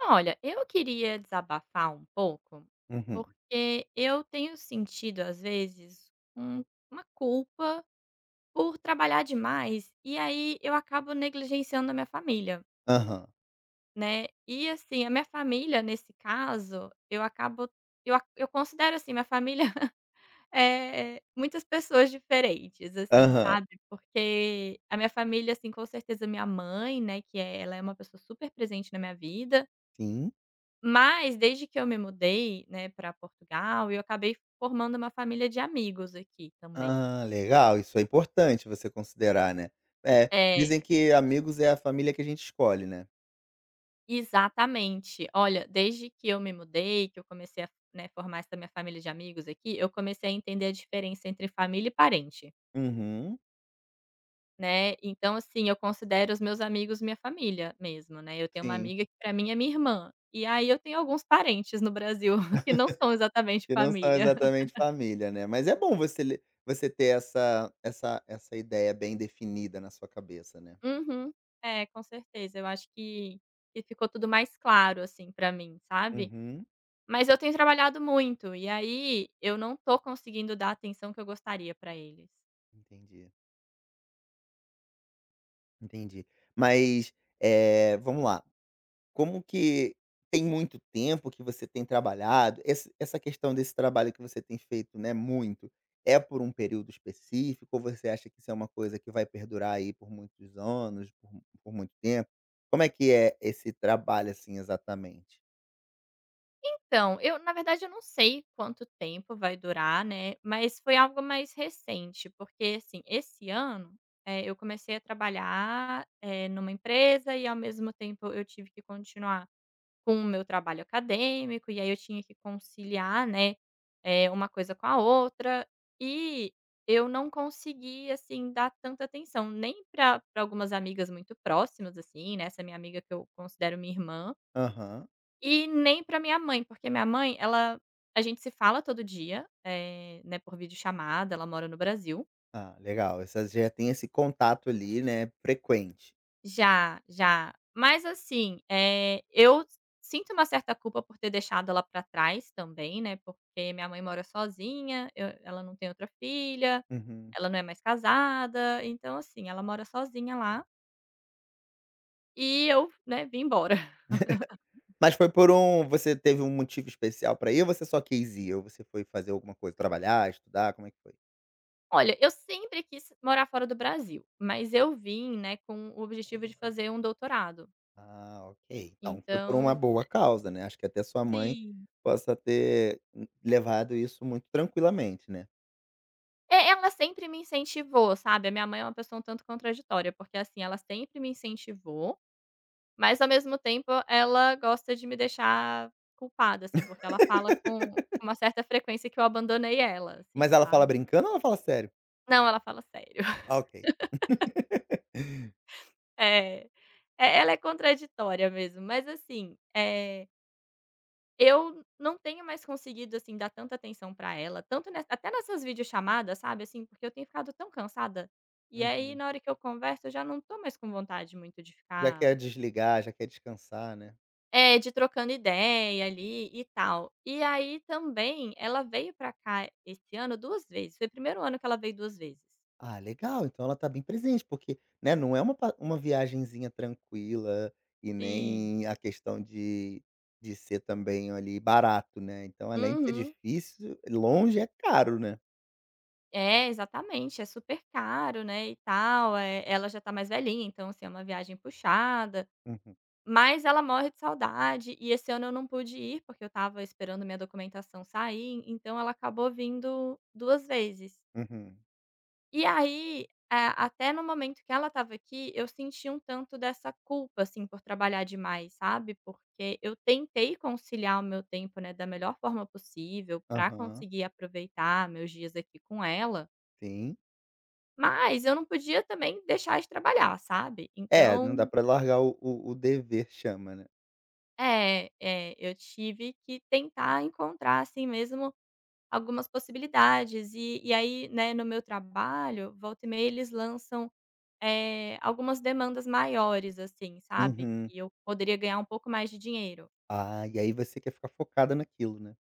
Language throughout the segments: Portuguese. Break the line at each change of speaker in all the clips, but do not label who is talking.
Olha, eu queria desabafar um pouco,
Uhum.
porque eu tenho sentido, às vezes, uma culpa por trabalhar demais, e aí eu acabo negligenciando a minha família,
Aham.
né? E assim, a minha família, nesse caso, eu acabo. Eu considero assim, minha família é muitas pessoas diferentes, assim,
Aham.
sabe? Porque a minha família, assim, com certeza minha mãe, né, ela é uma pessoa super presente na minha vida,
Sim.
mas desde que eu me mudei, né, para Portugal, eu acabei formando uma família de amigos aqui também.
Ah, legal, isso é importante você considerar, né. É, dizem
É,
que amigos é a família que a gente escolhe, né.
exatamente. Olha, desde que eu me mudei, que eu comecei a, né, formar essa minha família de amigos aqui, eu comecei a entender a diferença entre família e parente,
Uhum.
né. Então, assim, eu considero os meus amigos minha família mesmo, né. Eu tenho uma
Sim,
amiga que para mim é minha irmã, e aí eu tenho alguns parentes no Brasil que não são exatamente
que não são
família.
exatamente família, né. Mas é bom você ter essa ideia bem definida na sua cabeça, né.
Uhum. É, com certeza. Eu acho que ficou tudo mais claro, assim, pra mim, sabe.
Uhum,
Mas eu tenho trabalhado muito, e aí eu não tô conseguindo dar a atenção que eu gostaria pra eles.
entendi, entendi. Mas, é vamos lá. Como que tem muito tempo que você tem trabalhado? Esse essa questão desse trabalho que você tem feito, né, muito, é por um período específico ou você acha que isso é uma coisa que vai perdurar aí por muitos anos, por muito tempo? Como é que é esse trabalho, assim, exatamente?
Então, eu na verdade eu não sei quanto tempo vai durar, né, mas foi algo mais recente, porque, assim, esse ano, eu comecei a trabalhar, numa empresa e ao mesmo tempo eu tive que continuar com o meu trabalho acadêmico, e aí eu tinha que conciliar, né, uma coisa com a outra, e eu não consegui, assim, dar tanta atenção, nem para algumas amigas muito próximas, assim, né, essa minha amiga que eu considero minha irmã,
Aham.
e nem para minha mãe, porque minha mãe, ela a gente se fala todo dia, né, por videochamada, ela mora no Brasil.
Ah, legal, essa já tem esse contato ali, né, frequente.
Já, já. Mas assim, eu sinto uma certa culpa por ter deixado ela pra trás também, né, porque minha mãe mora sozinha, eu ela não tem outra filha,
Uhum.
ela não é mais casada, então assim, ela mora sozinha lá, e eu, né, vim embora.
Mas foi por você teve um motivo especial pra ir ou você só quis ir? Ou você foi fazer alguma coisa, trabalhar, estudar, como é que foi?
Olha, eu sempre quis morar fora do Brasil, mas eu vim, né, com o objetivo de fazer um doutorado.
Ah, ok. Então foi por uma
Então
boa causa, né. Acho que até sua mãe
sim.
possa ter n levado isso muito tranquilamente, né.
É, ela sempre me incentivou, sabe, a minha mãe é uma pessoa um tanto contraditória, porque assim, ela sempre me incentivou, mas ao mesmo tempo ela gosta de me deixar culpada, assim, porque ela fala com uma certa frequência que eu abandonei ela, assim,
Mas ela
sabe.
fala brincando ou ela fala sério?
Não, ela fala sério.
Ah, ok.
É. É, ela é contraditória mesmo, mas assim, eu não tenho mais conseguido, assim, dar tanta atenção pra ela, tanto nes até nessas videochamadas, sabe, assim, porque eu tenho ficado tão cansada, e aí
Uhum.
na hora que eu converso eu já não tô mais com vontade muito de
Já
ficar.
quer desligar, já quer descansar, né.
É, de trocando ideia ali e tal. E aí também ela veio pra cá esse ano 2 vezes, foi o primeiro ano que ela veio 2 vezes.
Ah, legal, então ela tá bem presente, porque, né, não é uma pa uma viagenzinha tranquila e
Sim.
nem a questão de ser também ali barato, né, então além de ser
Uhum.
difícil, longe é caro, né.
É, exatamente, é super caro, né, e tal, ela já tá mais velhinha, então assim, é uma viagem puxada,
Uhum,
mas ela morre de saudade e esse ano eu não pude ir, porque eu estava esperando minha documentação sair, então ela acabou vindo 2 vezes.
uhum.
E aí, até no momento que ela estava aqui, eu senti um tanto dessa culpa, assim, por trabalhar demais, sabe, porque eu tentei conciliar o meu tempo, né, da melhor forma possível para
Aham,
conseguir aproveitar meus dias aqui com ela,
sim.
mas eu não podia também deixar de trabalhar, sabe.
É, não dá
Então
pra largar o o dever chama, né.
é, é, eu tive que tentar encontrar, assim mesmo, algumas possibilidades. E aí, né, no meu trabalho, volta e meia eles lançam algumas demandas maiores, assim, sabe,
Uhum.
que eu poderia ganhar um pouco mais de dinheiro.
Ah, e aí você quer ficar focada naquilo, né.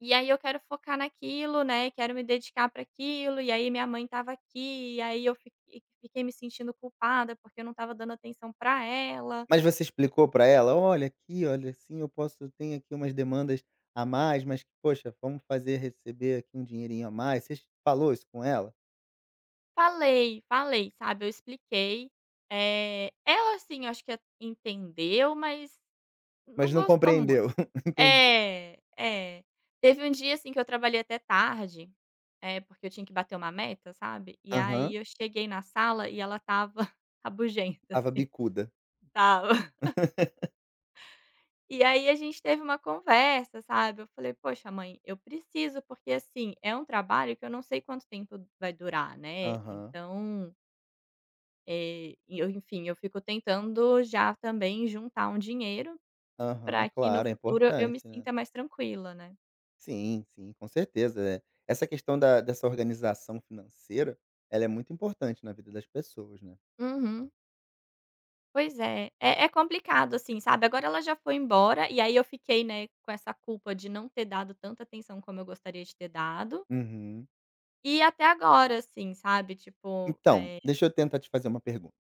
E aí eu quero focar naquilo, né, quero me dedicar para aquilo, e aí minha mãe estava aqui, e aí eu fiquei me sentindo culpada, porque eu não estava dando atenção para ela.
Mas você explicou pra ela: "Olha, aqui, olha, assim, eu posso ter aqui umas demandas a mais, mas, poxa, vamos fazer receber aqui um dinheirinho a mais". Você falou isso com ela?
Falei, falei, sabe, eu expliquei. Ela, assim, acho que entendeu, mas não
Mas não
gostou.
compreendeu. Entendi.
É, é. Teve um dia, assim, que eu trabalhei até tarde, porque eu tinha que bater uma meta, sabe. E
Aham.
aí eu cheguei na sala e ela estava rabugenta,
Estava
assim,
bicuda.
estava. E aí a gente teve uma conversa, sabe. Eu falei: "Poxa, mãe, eu preciso, porque, assim, é um trabalho que eu não sei quanto tempo vai durar, né.
Aham,
Então, e eu, enfim, eu fico tentando já também juntar um dinheiro
aham.
para que no
Claro, é
futuro eu me
importante, né.
sinta mais tranquila, né".
Sim, sim, com certeza. É, essa questão da dessa organização financeira, ela é muito importante na vida das pessoas, né.
Uhum. Pois é. É é complicado, assim, sabe. Agora ela já foi embora, e aí eu fiquei, né, com essa culpa de não ter dado tanta atenção como eu gostaria de ter dado.
Uhum.
E até agora, assim, sabe, tipo,
Então, deixa eu tentar te fazer uma pergunta.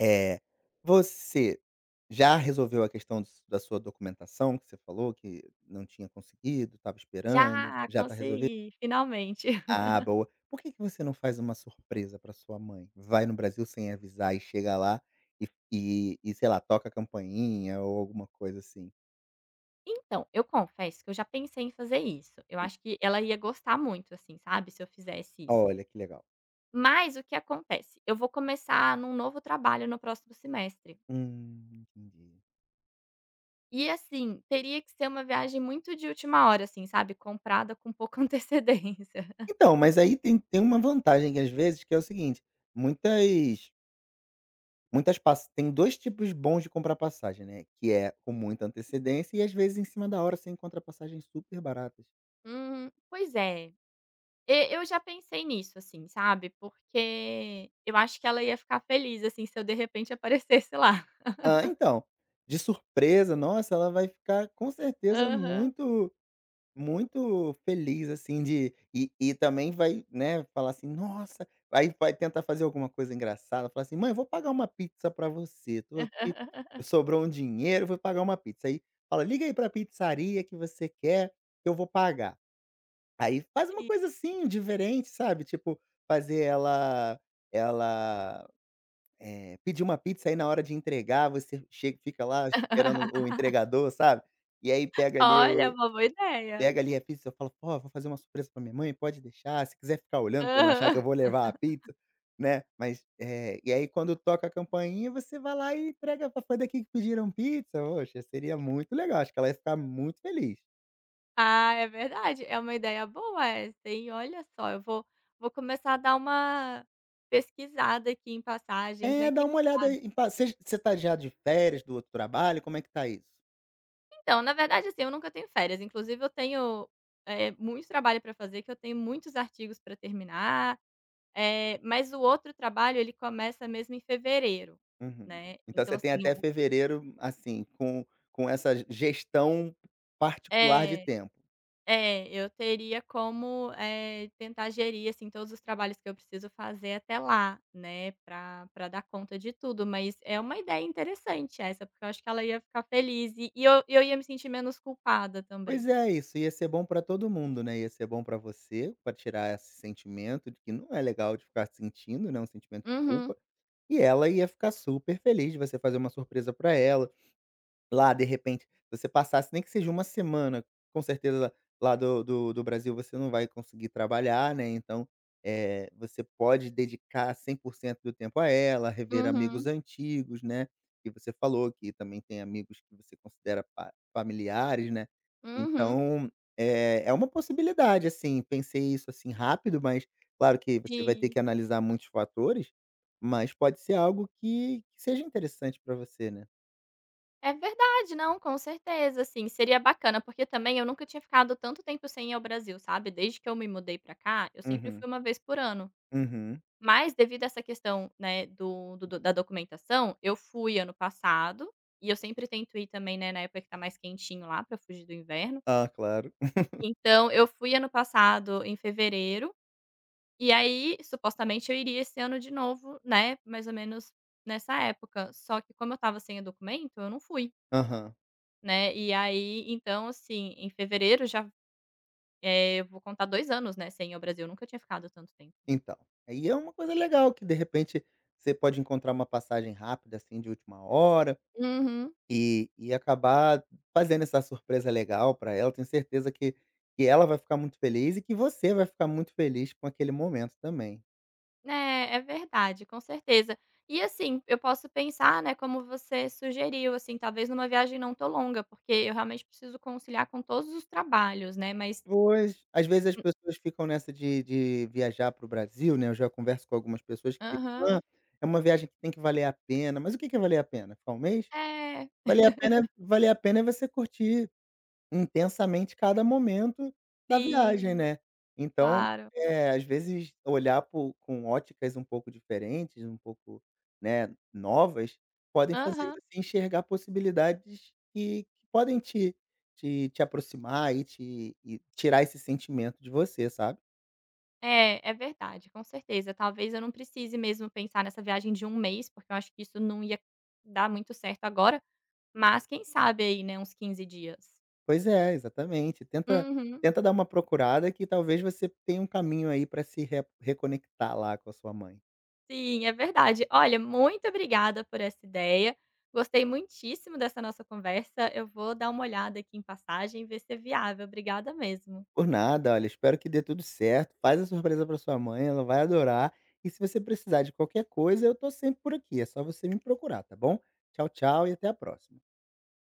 Eh, Você já resolveu a questão do da sua documentação que você falou que não tinha conseguido, estava esperando,
já
já está resolvido?
consegui, finalmente.
Ah, boa. Por que que você não faz uma surpresa para sua mãe? Vai no Brasil sem avisar e chega lá e sei lá, toca a campainha ou alguma coisa assim.
Então, eu confesso que eu já pensei em fazer isso. Eu acho que ela ia gostar muito, assim, sabe, se eu fizesse isso.
Olha, que legal.
Mas o que acontece? Eu vou começar num novo trabalho no próximo semestre.
Entendi.
E assim, teria que ser uma viagem muito de última hora, assim, sabe, comprada com pouca antecedência.
Então, mas aí tem uma vantagem que às vezes que é o seguinte, muitas Muitas pass tem 2 tipos bons de comprar passagem, né, que é com muita antecedência e às vezes em cima da hora você encontra passagens super baratas.
Pois é. E eu já pensei nisso, assim, sabe, porque eu acho que ela ia ficar feliz, assim, se eu de repente aparecesse lá.
Ah, então, de surpresa, nossa, ela vai ficar com certeza
Aham.
muito, muito feliz, assim, de e também vai, né, falar assim: "Nossa", aí vai tentar fazer alguma coisa engraçada, falar assim: "Mãe, vou pagar uma pizza pra você, tô aqui, sobrou um dinheiro, vou pagar uma pizza", aí fala: "Liga aí pra pizzaria que você quer, que eu vou pagar". Aí faz uma
Sim.
coisa assim, diferente, sabe, tipo, fazer ela ela, pedir uma pizza, aí na hora de entregar você chega fica lá esperando o entregador, sabe, e aí
Olha, é uma boa ideia.
pega ali a pizza, eu falo, pô, vou fazer uma surpresa pra minha mãe, pode deixar, se quiser ficar olhando pra não achar que
Aham.
eu vou levar a pizza", né, mas, e aí quando toca a campainha você vai lá e entrega: "Pô, foi daqui que pediram pizza?". Poxa, seria muito legal, acho que ela ia ficar muito feliz.
Ah, é verdade, é uma ideia boa essa, hein. Olha só, eu vou começar a dar uma pesquisada aqui em passagens, né,
É,
quem.
dá uma olhada aí em pa você tá já de férias do outro trabalho, como é que tá isso?
Então, na verdade, assim, eu nunca tenho férias. Inclusive, eu tenho, muito trabalho para fazer, que eu tenho muitos artigos para terminar, mas o outro trabalho, ele começa mesmo em fevereiro,
Uhum.
né.
Então
Então,
você tem
assim,
até
o
fevereiro, assim, com essa gestão particular de
é,
tempo.
é, eu teria como, tentar gerir, assim, todos os trabalhos que eu preciso fazer até lá, né, para pra dar conta de tudo. Mas é uma ideia interessante essa, porque eu acho que ela ia ficar feliz e eu ia me sentir menos culpada também.
Pois é, isso ia ser bom pra todo mundo, né, ia ser bom pra você, pra tirar esse sentimento de que não é legal de ficar sentindo, né, um sentimento de
Uhum,
culpa, e ela ia ficar super feliz de você fazer uma surpresa pra ela. Lá, de repente, você passasse nem que seja uma semana, com certeza lá do Brasil você não vai conseguir trabalhar, né, então, você pode dedicar 100% do tempo a ela, rever amigos
uhum,
antigos, né, que você falou que também tem amigos que você considera pa familiares, né.
uhum.
Então, é uma possibilidade, assim, pensei isso, assim, rápido, mas claro que você vai ter
Sim.
que analisar muitos fatores, mas pode ser algo que seja interessante para você, né.
É verdade, não, com certeza, assim, seria bacana, porque também eu nunca tinha ficado tanto tempo sem ir ao Brasil, sabe. Desde que eu me mudei pra cá, eu sempre
Uhum.
fui uma vez por ano,
Uhum.
mas devido a essa questão, né, da documentação, eu fui ano passado, e eu sempre tento ir também, né, na época que tá mais quentinho lá pra fugir do inverno.
Ah, claro.
Então eu fui ano passado em fevereiro, e aí supostamente eu iria esse ano de novo, né, mais ou menos nessa época, só que como eu estava sem o documento, eu não fui.
Aham.
Né, e aí, então assim, em fevereiro já, eu vou contar 2 anos, né, sem ir ao Brasil. Eu nunca tinha ficado tanto tempo.
Então, aí é uma coisa legal que de repente você pode encontrar uma passagem rápida, assim, de última hora
Uhum.
e acabar fazendo essa surpresa legal para ela. Tenho certeza que ela vai ficar muito feliz e que você vai ficar muito feliz com aquele momento também.
É, é verdade, com certeza. E assim, eu posso pensar, né, como você sugeriu, assim, talvez numa viagem não tão longa, porque eu realmente preciso conciliar com todos os trabalhos, né, mas
Pois, às vezes as
hum,
pessoas ficam nessa de viajar para o Brasil, né, eu já converso com algumas pessoas que ficam:
aham.
"Ah, é uma viagem que tem que valer a pena", mas o que que é valer a pena? Ficar um mês?
É,
Valer a pena é você curtir intensamente cada momento da
sim,
viagem. Uhum. Né. Então,
claro.
às vezes olhar por com óticas um pouco diferentes, um pouco, né, novas, podem fazer
Aham.
você enxergar possibilidades que podem te aproximar e te tirar esse sentimento de você, sabe.
É, é verdade, com certeza. Talvez eu não precise mesmo pensar nessa viagem de um mês, porque eu acho que isso não ia dar muito certo agora. Mas quem sabe aí, né, uns 15 dias.
Pois é, exatamente. Tenta
Uhum.
tenta dar uma procurada que talvez você tenha um caminho aí pra se re reconectar lá com a sua mãe.
Sim, é verdade. Olha, muito obrigada por essa ideia. Gostei muitíssimo dessa nossa conversa. Eu vou dar uma olhada aqui em passagem e ver se é viável. Obrigada mesmo.
Por nada, olha, espero que dê tudo certo. Faz a surpresa pra sua mãe, ela vai adorar. E se você precisar de qualquer coisa, eu tô sempre por aqui. É só você me procurar, tá bom? Tchau, tchau e até a próxima.